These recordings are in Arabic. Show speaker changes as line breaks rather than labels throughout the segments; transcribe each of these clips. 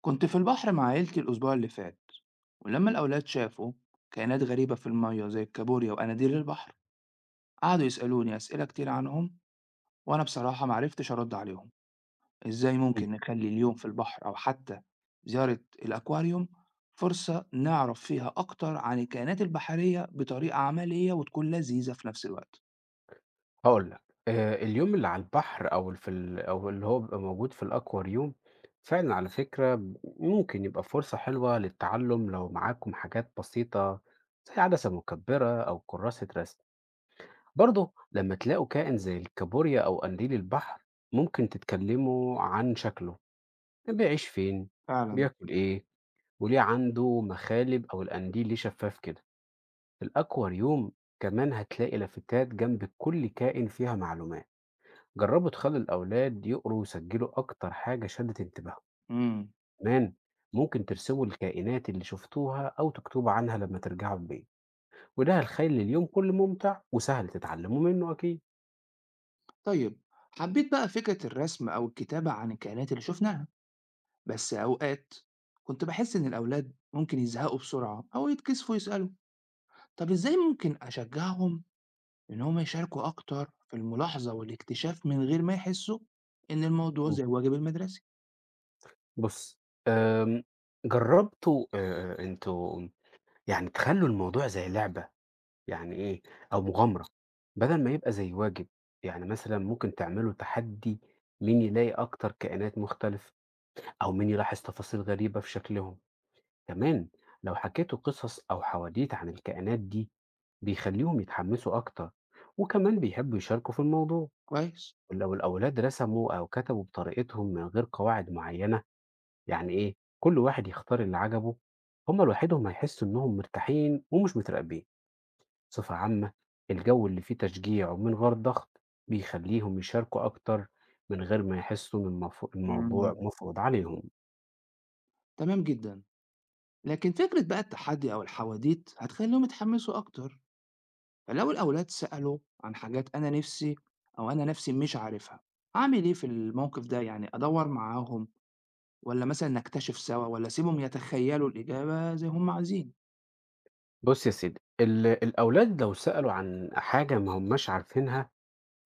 كنت في البحر مع عيلتي الأسبوع اللي فات، ولما الأولاد شافوا كائنات غريبة في المية زي الكابوريا وقناديل البحر قعدوا يسألوني أسئلة كتير عنهم، وأنا بصراحة معرفتش أرد عليهم. إزاي
إمم،
ممكن نخلي اليوم في البحر أو حتى زيارة الأكواريوم فرصة نعرف فيها أكتر عن الكائنات البحرية بطريقة عملية وتكون لذيذة في نفس الوقت؟
هاقول لك، اليوم اللي على البحر أو اللي هو بيبقى موجود في الأكواريوم، فعلًا على فكرة ممكن يبقى فرصة حلوة للتعلُّم لو معاكم حاجات بسيطة زي عدسة مكبّرة أو كرّاسة رسم. برضه لمّا تلاقوا كائن زي الكابوريا أو قنديل البحر، ممكن تتكلّموا عن شكله، بيعيش فين،
فعلا.
بياكل إيه، وليه عنده مخالب أو القنديل ليه شفّاف كده. في الأكواريوم كمان هتلاقي لافتات جنب كل كائن فيها معلومات. جربوا تخلوا الأولاد يقروا ويسجلوا أكتر حاجة شدت انتباههم.
مم.
كمان ممكن ترسموا الكائنات اللي شفتوها أو تكتبوا عنها لما ترجعوا البيت، وده هيخلي اليوم كله ممتع وسهل تتعلموا منه أكيد.
طيب، حبيت بقى فكرة الرسم أو الكتابة عن الكائنات اللي شفناها، بس أوقات كنت باحس إن الأولاد ممكن يزهقوا بسرعة أو يتكسفوا يسألوا، طب إزاي ممكن أشجعهم إن هم يشاركوا أكتر في الملاحظة والاكتشاف من غير ما يحسوا إن الموضوع
مم.
زي الواجب المدرسي؟
بص، أم، جربتوا انتوا يعني تخلوا الموضوع زي لعبة، يعني ايه، او مغامرة، بدل ما يبقى زي واجب. يعني مثلا ممكن تعملوا تحدي، مين يلاقي اكتر كائنات مختلفة، او مين يلاحظ تفاصيل غريبة في شكلهم. كمان لو حكيتوا قصص أو حواديت عن الكائنات دي، بيخليهم يتحمسوا أكتر وكمان بيحبوا يشاركوا في الموضوع.
كويس.
ولو الأولاد رسموا أو كتبوا بطريقتهم من غير قواعد معينة، يعني إيه، كل واحد يختار اللي عجبه، هما لوحدهم هيحسوا إنهم مرتاحين ومش متراقبين. بصفة عامة، الجو اللي فيه تشجيع ومن غير ضغط بيخليهم يشاركوا أكتر من غير ما يحسوا إن الموضوع
امم
مفروض عليهم.
تمام جدًا، لكن فكرة بقى التحدي أو الحواديت هتخليهم يتحمسوا أكتر، فلو الأولاد سألوا عن حاجات أنا نفسي أو أنا نفسي مش عارفها، أعمل إيه في الموقف ده؟ يعني أدور معاهم والّا مثلًا نكتشف سوا، والّا أسيبهم يتخيّلوا الإجابة زي ما هم عايزين؟
بُص يا سيدي، الأولاد لو سألوا عن حاجة ما هماش عارفينها،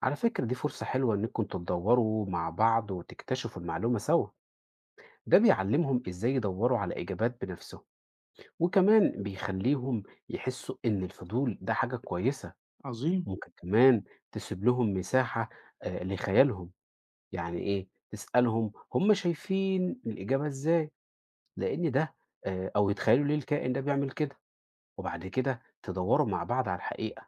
على فكرة دي فرصة حلوة إنكم تدوّروا مع بعض وتكتشفوا المعلومة سوا، ده بيعلّمهم إزاي يدوّروا على إجابات بنفسهم، وكمان بيخلّيهم يحسّوا إن الفضول ده حاجة كويسة.
عظيم.
ممكن كمان تسيب لهم مساحة لخيالهم، يعني إيه، تسألهم هم شايفين الإجابة إزاي، لإن ده أو يتخيّلوا ليه الكائن ده بيعمل كده، وبعد كده تدوّروا مع بعض على الحقيقة.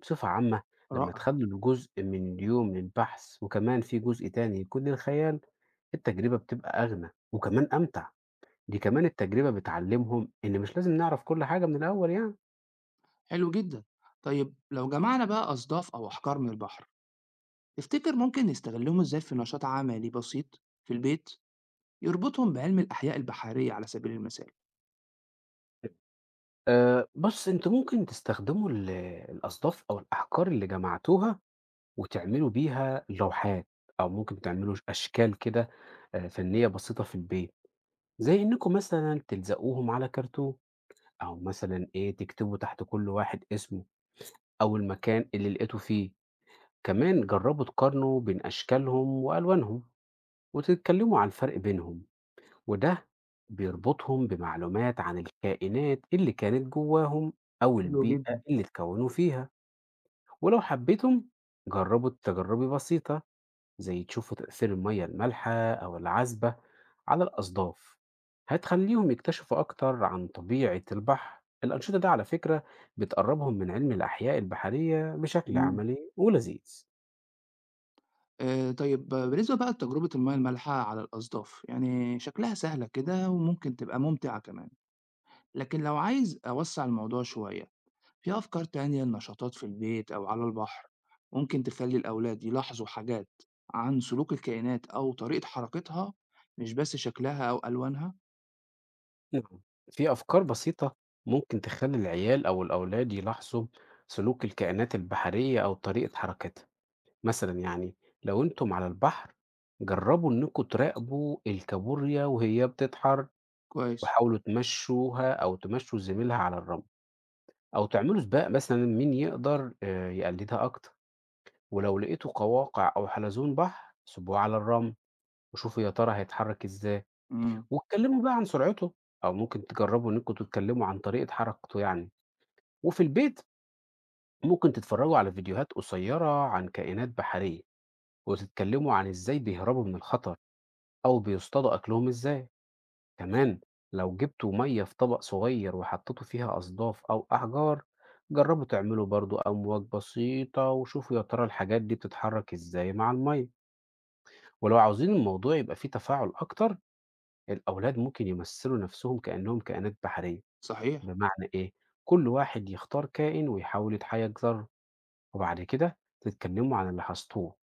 بصفة عامة، لما
رائع.
تخلوا جزء من اليوم للبحث وكمان في جزء تاني يكون للخيال، التجربة بتبقى أغنى وكمان أمتع. دي كمان التجربة بتعلمهم إن مش لازم نعرف كل حاجة من الأول يعني.
حلو جدًا. طيب، لو جمعنا بقى أصداف أو أحجار من البحر، تفتكر ممكن نستغلهم إزاي في نشاط عملي بسيط في البيت يربطهم بعلم الأحياء البحرية على سبيل المثال؟
أه، بص أنت ممكن تستخدموا الأصداف أو الأحجار اللي جمعتوها وتعملوا بيها لوحات، أو ممكن تعملوا أشكال كده فنية بسيطة في البيت، زي إنكم مثلا تلزقوهم على كرتون، أو مثلا إيه تكتبوا تحت كل واحد اسمه أو المكان اللي لقيته فيه. كمان جربوا تقارنوا بين أشكالهم وألوانهم وتتكلموا عن الفرق بينهم، وده بيربطهم بمعلومات عن الكائنات اللي كانت جواهم أو
حلو
البيئة
جدًا.
اللي اتكونوا فيها. ولو حبيتم، جربوا تجارب بسيطة زي تشوفوا تأثير المية المالحة أو العذبة على الأصداف، هتخليهم يكتشفوا أكتر عن طبيعة البحر. الأنشطة دي على فكرة بتقربهم من علم الأحياء البحرية بشكل
جميل.
عملي ولذيذ.
طيب، بالنسبة بقى لتجربة المَيَّة المالحة على الأصداف، يعني شكلها سهلة كده وممكن تبقى ممتعة كمان، لكن لو عايز أوسّع الموضوع شوية في أفكار تانية لنشاطات في البيت أو على البحر ممكن تخلي الأولاد يلاحظوا حاجات عن سلوك الكائنات أو طريقة حركتها مش بس شكلها أو ألوانها؟
نعم، في أفكار بسيطة ممكن تخلي العيال أو الأولاد يلاحظوا سلوك الكائنات البحرية أو طريقة حركتها. مثلا يعني لو أنتم على البحر، جربوا إنكم تراقبوا الكابوريا وهي بتتحر،
كويس.
وحاولوا تمشوها أو تمشوا زميلها على الرمل، أو تعملوا سباق مثلا مين يقدر يقلدها أكتر. ولو لقيتوا قواقع أو حلزون بحر سيبوها على الرمل وشوفوا يا ترى هيتحرك إزاي،
امم
واتكلموا بقى عن سرعته، أو ممكن تجرّبوا إن أنتم تتكلموا عن طريقة حركته يعني. وفي البيت ممكن تتفرّجوا على فيديوهات قصيّرة عن كائنات بحرية، وتتكلموا عن إزاي بيهربوا من الخطر أو بيصطادوا أكلهم إزاي. كمان لو جبتوا مَيّة في طبق صغيّر وحطيتوا فيها أصداف أو أحجار، جرّبوا تعملوا برضه أمواج بسيطة وشوفوا يا ترى الحاجات دي بتتحرك إزاي مع المَيّة. ولو عاوزين الموضوع يبقى فيه تفاعل أكتر، الأولاد ممكن يمثّلوا نَفْسهم كإنّهم كائنات بحرية.
صحيح.
بمعنى إيه؟ كل واحد يختار كائن ويحاول يتحيكزر، وبعد كده تتكلموا عن اللي حصتوه.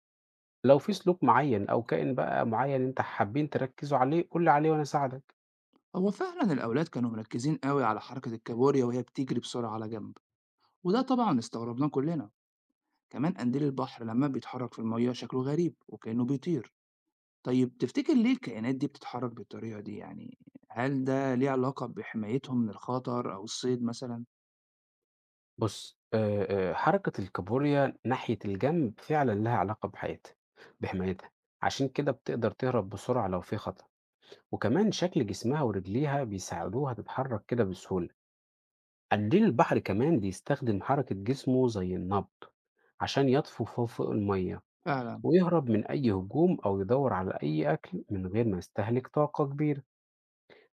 لو في سلوك معين أو كائن بقى معين أنت حابين تركزوا عليه قول لي عليه وأنا أساعدك.
هو فعلا الأولاد كانوا مركزين قوي على حركة الكابوريا وهي بتجري بسرعة على جنب، وده طبعا استغربناه كلنا. كمان قنديل البحر لما بيتحرك في المياه شكله غريب وكأنه بيطير. طيب، تفتكر ليه الكائنات دي بتتحرك بالطريقة دي يعني، هل ده ليه علاقة بحمايتهم من الخطر أو الصيد مثلا؟
بص حركة الكابوريا ناحية الجنب فعلا لها علاقة بحياتها، بحمايتها. عشان كده بتقدر تهرب بسرعة لو في خطر، وكمان شكل جسمها ورجليها بيساعدوها تتحرك كده بسهولة. قنديل البحر كمان بيستخدم حركة جسمه زي النبض عشان يطفو فوق المية،
فعلا.
ويهرب من أي هجوم أو يدور على أي أكل من غير ما يستهلك طاقة كبيرة.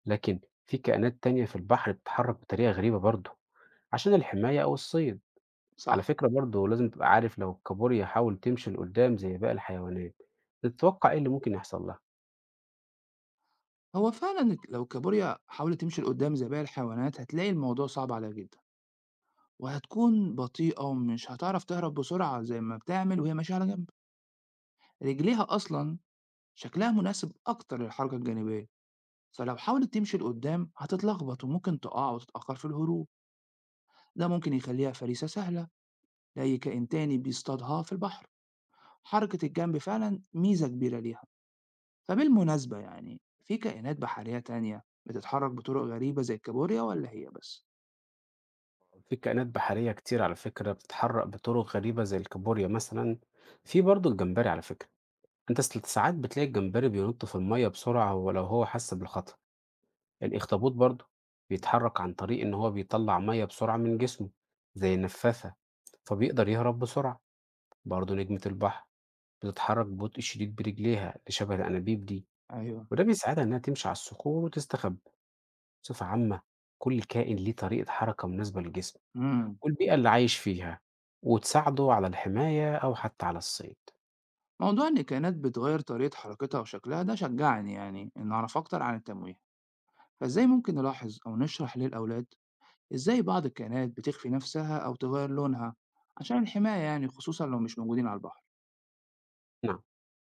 لكن في كائنات تانية في البحر بتتحرك بطريقة غريبة برضه عشان الحماية أو الصيد. على
صح.
فكرة برضه لازم تبقى عارف لو الكابوريا حاول تمشي لقدام زي باقي الحيوانات، تتوقع إيه اللي ممكن يحصل لها؟
هو فعلا لو الكابوريا حاولت تمشي لقدام زي باقي الحيوانات هتلاقي الموضوع صعب عليها جدا، وهتكون بطيئة ومش هتعرف تهرب بسرعة زي ما بتعمل وهي ماشية على جنب. رجليها أصلا شكلها مناسب أكتر للحركة الجانبية، فلو حاولت تمشي لقدام هتتلخبط وممكن تقع وتتأخر في الهروب. ده ممكن يخليها فريسة سهلة لأي كائن تاني بيصطادها في البحر. حركة الجنب فعلا ميزة كبيرة ليها. فبالمناسبة يعني في كائنات بحرية تانية بتتحرك بطرق غريبة زي الكابوريا ولا هي بس؟
في كائنات بحرية كتير على فكرة بتتحرك بطرق غريبة زي الكابوريا. مثلا في برضه الجمبري، على فكرة أنت ساعات بتلاقي الجمبري بينط في المية بسرعة ولو هو حس بالخطر. الأخطبوط برضه بيتحرك عن طريق إن هو بيطلّع مَيّة بسرعة من جسمه زي النفّاثة، فبيقدر يهرب بسرعة. برضه نجمة البحر بتتحرك ببطء شديد برجليها اللي شبه الأنابيب دي،
أيوه.
وده بيساعدها إنها تمشي على الصخور وتستخبى. بصفة عامة، كل كائن ليه طريقة حركة مناسبة لجسمه
إمم.
والبيئة اللي عايش فيها، وتساعده على الحماية أو حتى على الصيد.
موضوع إن الكائنات بتغيّر طريقة حركتها وشكلها ده شجّعني يعني إني أعرف أكتر عن التمويه، فإزاي ممكن نلاحظ أو نشرح للأولاد إزاي بعض الكائنات بتخفي نفسها أو تغيّر لونها عشان الحماية يعني، خصوصًا لو مش موجودين على البحر؟
نعم،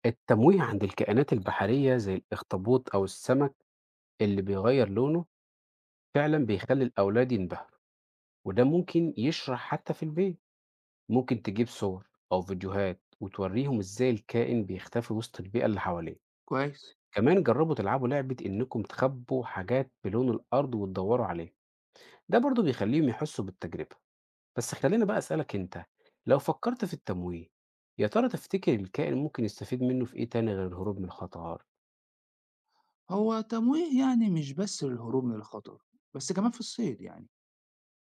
التمويه عند الكائنات البحرية زي الأخطبوط أو السمك اللي بيغيّر لونه، فعلًا بيخلّي الأولاد ينبهوا. وده ممكن يشرح حتى في البيت، ممكن تجيب صور أو فيديوهات وتوريهم إزاي الكائن بيختفي وسط البيئة اللي حواليه.
كويس.
كمان جربوا تلعبوا لعبة إنكم تخبوا حاجات بلون الأرض وتدوروا عليه، ده برضو بيخليهم يحسوا بالتجربة. بس خلينا بقى أسألك أنت، لو فكرت في التمويه يا ترى تفتكر الكائن ممكن يستفيد منه في إيه تاني غير الهروب من الخطر؟
هو تمويه يعني مش بس للهروب من الخطر، بس كمان في الصيد يعني،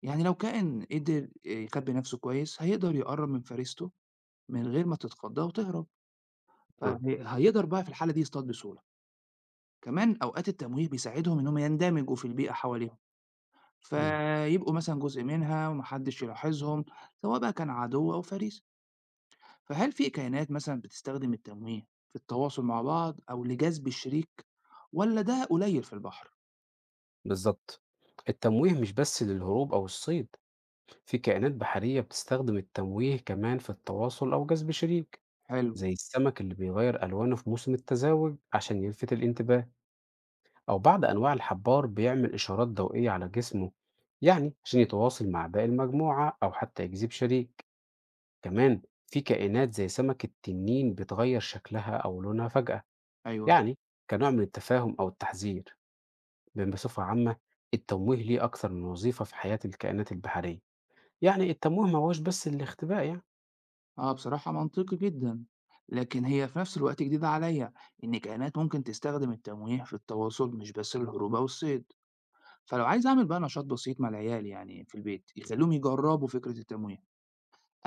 يعني لو كائن قدر يخبّي نفسه كويس هيقدر يقرّب من فريسته من غير ما تتخضّ وتهرب، فهي
نعم.
هيقدر بقى في الحالة دي يصطاد بسهولة. كمان أوقات التمويه بيساعدهم إن هم يندمجوا في البيئة حواليهم،
نعم،
فيبقوا مثلًا جزء منها وما حدش يلاحظهم، سواء بقى كان عدو أو فريسة. فهل في كائنات مثلًا بتستخدم التمويه في التواصل مع بعض أو لجذب الشريك، والّا ده قليل في البحر؟
بالظبط، التمويه مش بس للهروب أو الصيد، في كائنات بحرية بتستخدم التمويه كمان في التواصل أو جذب شريك.
حلو.
زي السمك اللي بيغير ألوانه في موسم التزاوج عشان يلفت الانتباه، أو بعض أنواع الحبار بيعمل إشارات ضوئية على جسمه يعني عشان يتواصل مع باقي المجموعة أو حتى يجذب شريك. كمان في كائنات زي سمك التنين بتغير شكلها أو لونها فجأة،
أيوه.
يعني كنوع من التفاهم أو التحذير. بصفة عامة، التمويه ليه أكثر من وظيفة في حياة الكائنات البحرية، يعني التمويه ما هوش بس الاختباء يعني.
بصراحة منطقي جدًا، لكن هي في نفس الوقت جديدة عليَّ إن كائنات ممكن تستخدم التمويه في التواصل مش بس الهروب أو الصيد، فلو عايز أعمل بقى نشاط بسيط مع العيال يعني في البيت يخليهم يجربوا فكرة التمويه،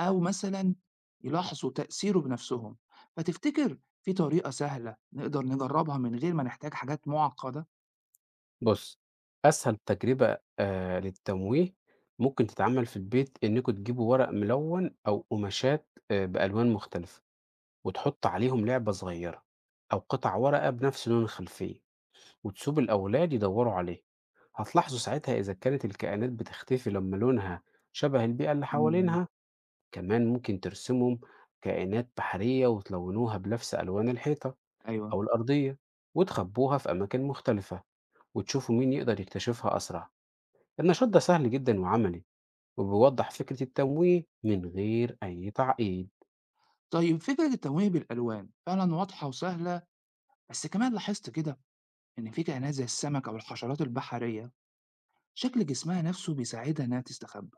أو مثلًا يلاحظوا تأثيره بنفسهم، فتفتكر في طريقة سهلة نقدر نجربها من غير ما نحتاج حاجات معقدة؟
بُص، أسهل تجربة للتمويه ممكن تتعمل في البيت إنكم تجيبوا ورق ملوّن أو قماشات بألوان مختلفة، وتحُط عليهم لعبة صغيّرة أو قطع ورقة بنفس لون الخلفية، وتسيبوا الأولاد يدوّروا عليها، هتلاحظوا ساعتها إذا كانت الكائنات بتختفي لمّا لونها شبه البيئة اللي
إمم.
حوالينها. كمان ممكن ترسموا كائنات بحرية وتلوّنوها بنفس ألوان الحيطة
أيوه.
أو الأرضية، وتخبّوها في أماكن مختلفة، وتشوفوا مين يقدر يكتشفها أسرع. النشاط ده سهل جدا وعملي وبيوضح فكرة التمويه من غير أي تعقيد.
طيب، فكرة التنويه بالألوان فعلًا واضحة وسهلة، بس كمان لاحظت كده إن في كائنات زي السمك أو الحشرات البحرية شكل جسمها نفسه بيساعدها إنها تستخبى،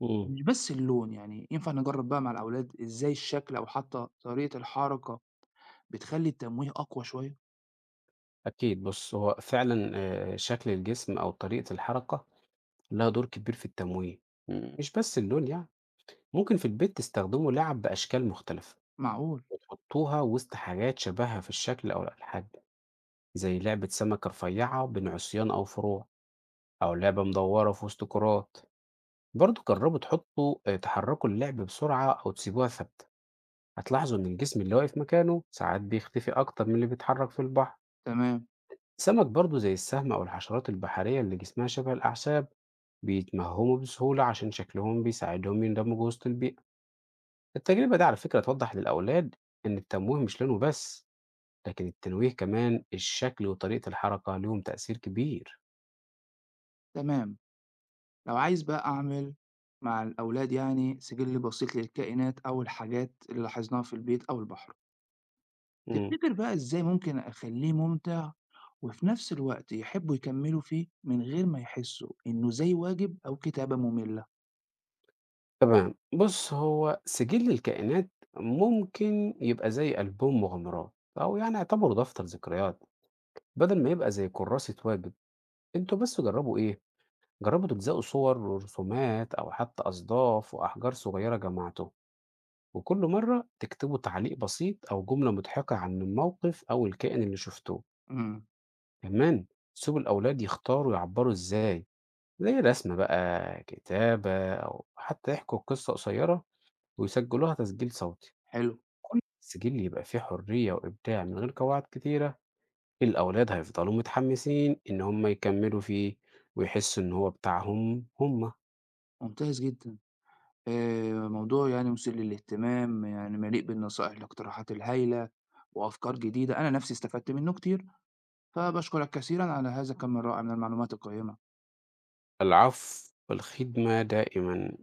مم.
مش بس اللون يعني، ينفع نجرب بقى مع الأولاد إزاي الشكل أو حتى طريقة الحركة بتخلي التمويه أقوى شوية؟
أكيد، بص هو فعلا شكل الجسم أو طريقة الحركة لها دور كبير في التمويه، مم، مش بس اللون يعني. ممكن في البيت تستخدموا لعب بأشكال مختلفة
معقول.
تحطوها وسط حاجات شبهها في الشكل أو الألحان، زي لعبة سمكة رفيعة بين عصيان أو فروع، أو لعبة مدورة في وسط كرات. برضو جربوا تحطوا تحركوا اللعب بسرعة أو تسيبوها ثابتة، هتلاحظوا إن الجسم اللي واقف مكانه ساعات بيختفي أكتر من اللي بيتحرك في البحر.
تمام،
السمك برضه زي السهم أو الحشرات البحرية اللي جسمها شبه الأعشاب بيتمهموا بسهولة عشان شكلهم بيساعدهم يندمجوا وسط البيئة. التجربة دي على فكرة توضح للأولاد إن التمويه مش لونه بس، لكن التنويه كمان الشكل وطريقة الحركة ليهم تأثير كبير.
تمام. لو عايز بقى أعمل مع الأولاد يعني سجل بسيط للكائنات أو الحاجات اللي لاحظناها في البيت أو البحر،
مم.
تفتكر بقى إزاي ممكن أخليه ممتع وفي نفس الوقت يحبوا يكملوا فيه من غير ما يحسوا إنه زي واجب أو كتابة مملة؟
تمام، بص هو سجل الكائنات ممكن يبقى زي ألبوم مغامرات، أو يعني اعتبره دفتر ذكريات بدل ما يبقى زي كراسة واجب. أنتم بس جربوا إيه؟ جربوا تلزقوا صور ورسومات أو حتى أصداف وأحجار صغيرة جمعتهم، وكل مرة تكتبوا تعليق بسيط أو جملة مضحكة عن الموقف أو الكائن اللي شفتوه.
امم
كمان سيبوا الأولاد يختاروا يعبروا إزاي، زي رسم بقى كتابة أو حتى يحكوا قصة قصيرة ويسجلوها تسجيل صوتي.
حلو.
كل تسجيل يبقى فيه حرية وإبداع من غير قواعد كتيرة، الأولاد هيفضلوا متحمسين إن هم يكملوا فيه ويحسوا إن هو بتاعهم هم.
ممتاز جدا. موضوع يعني مثير للاهتمام يعني مليء بالنصائح والاقتراحات الهايلة وأفكار جديدة أنا نفسي استفدت منه كتير، فبشكرك كثيرا على هذا كم من رائع من المعلومات القيمة.
العفو، والخدمة دائمًا.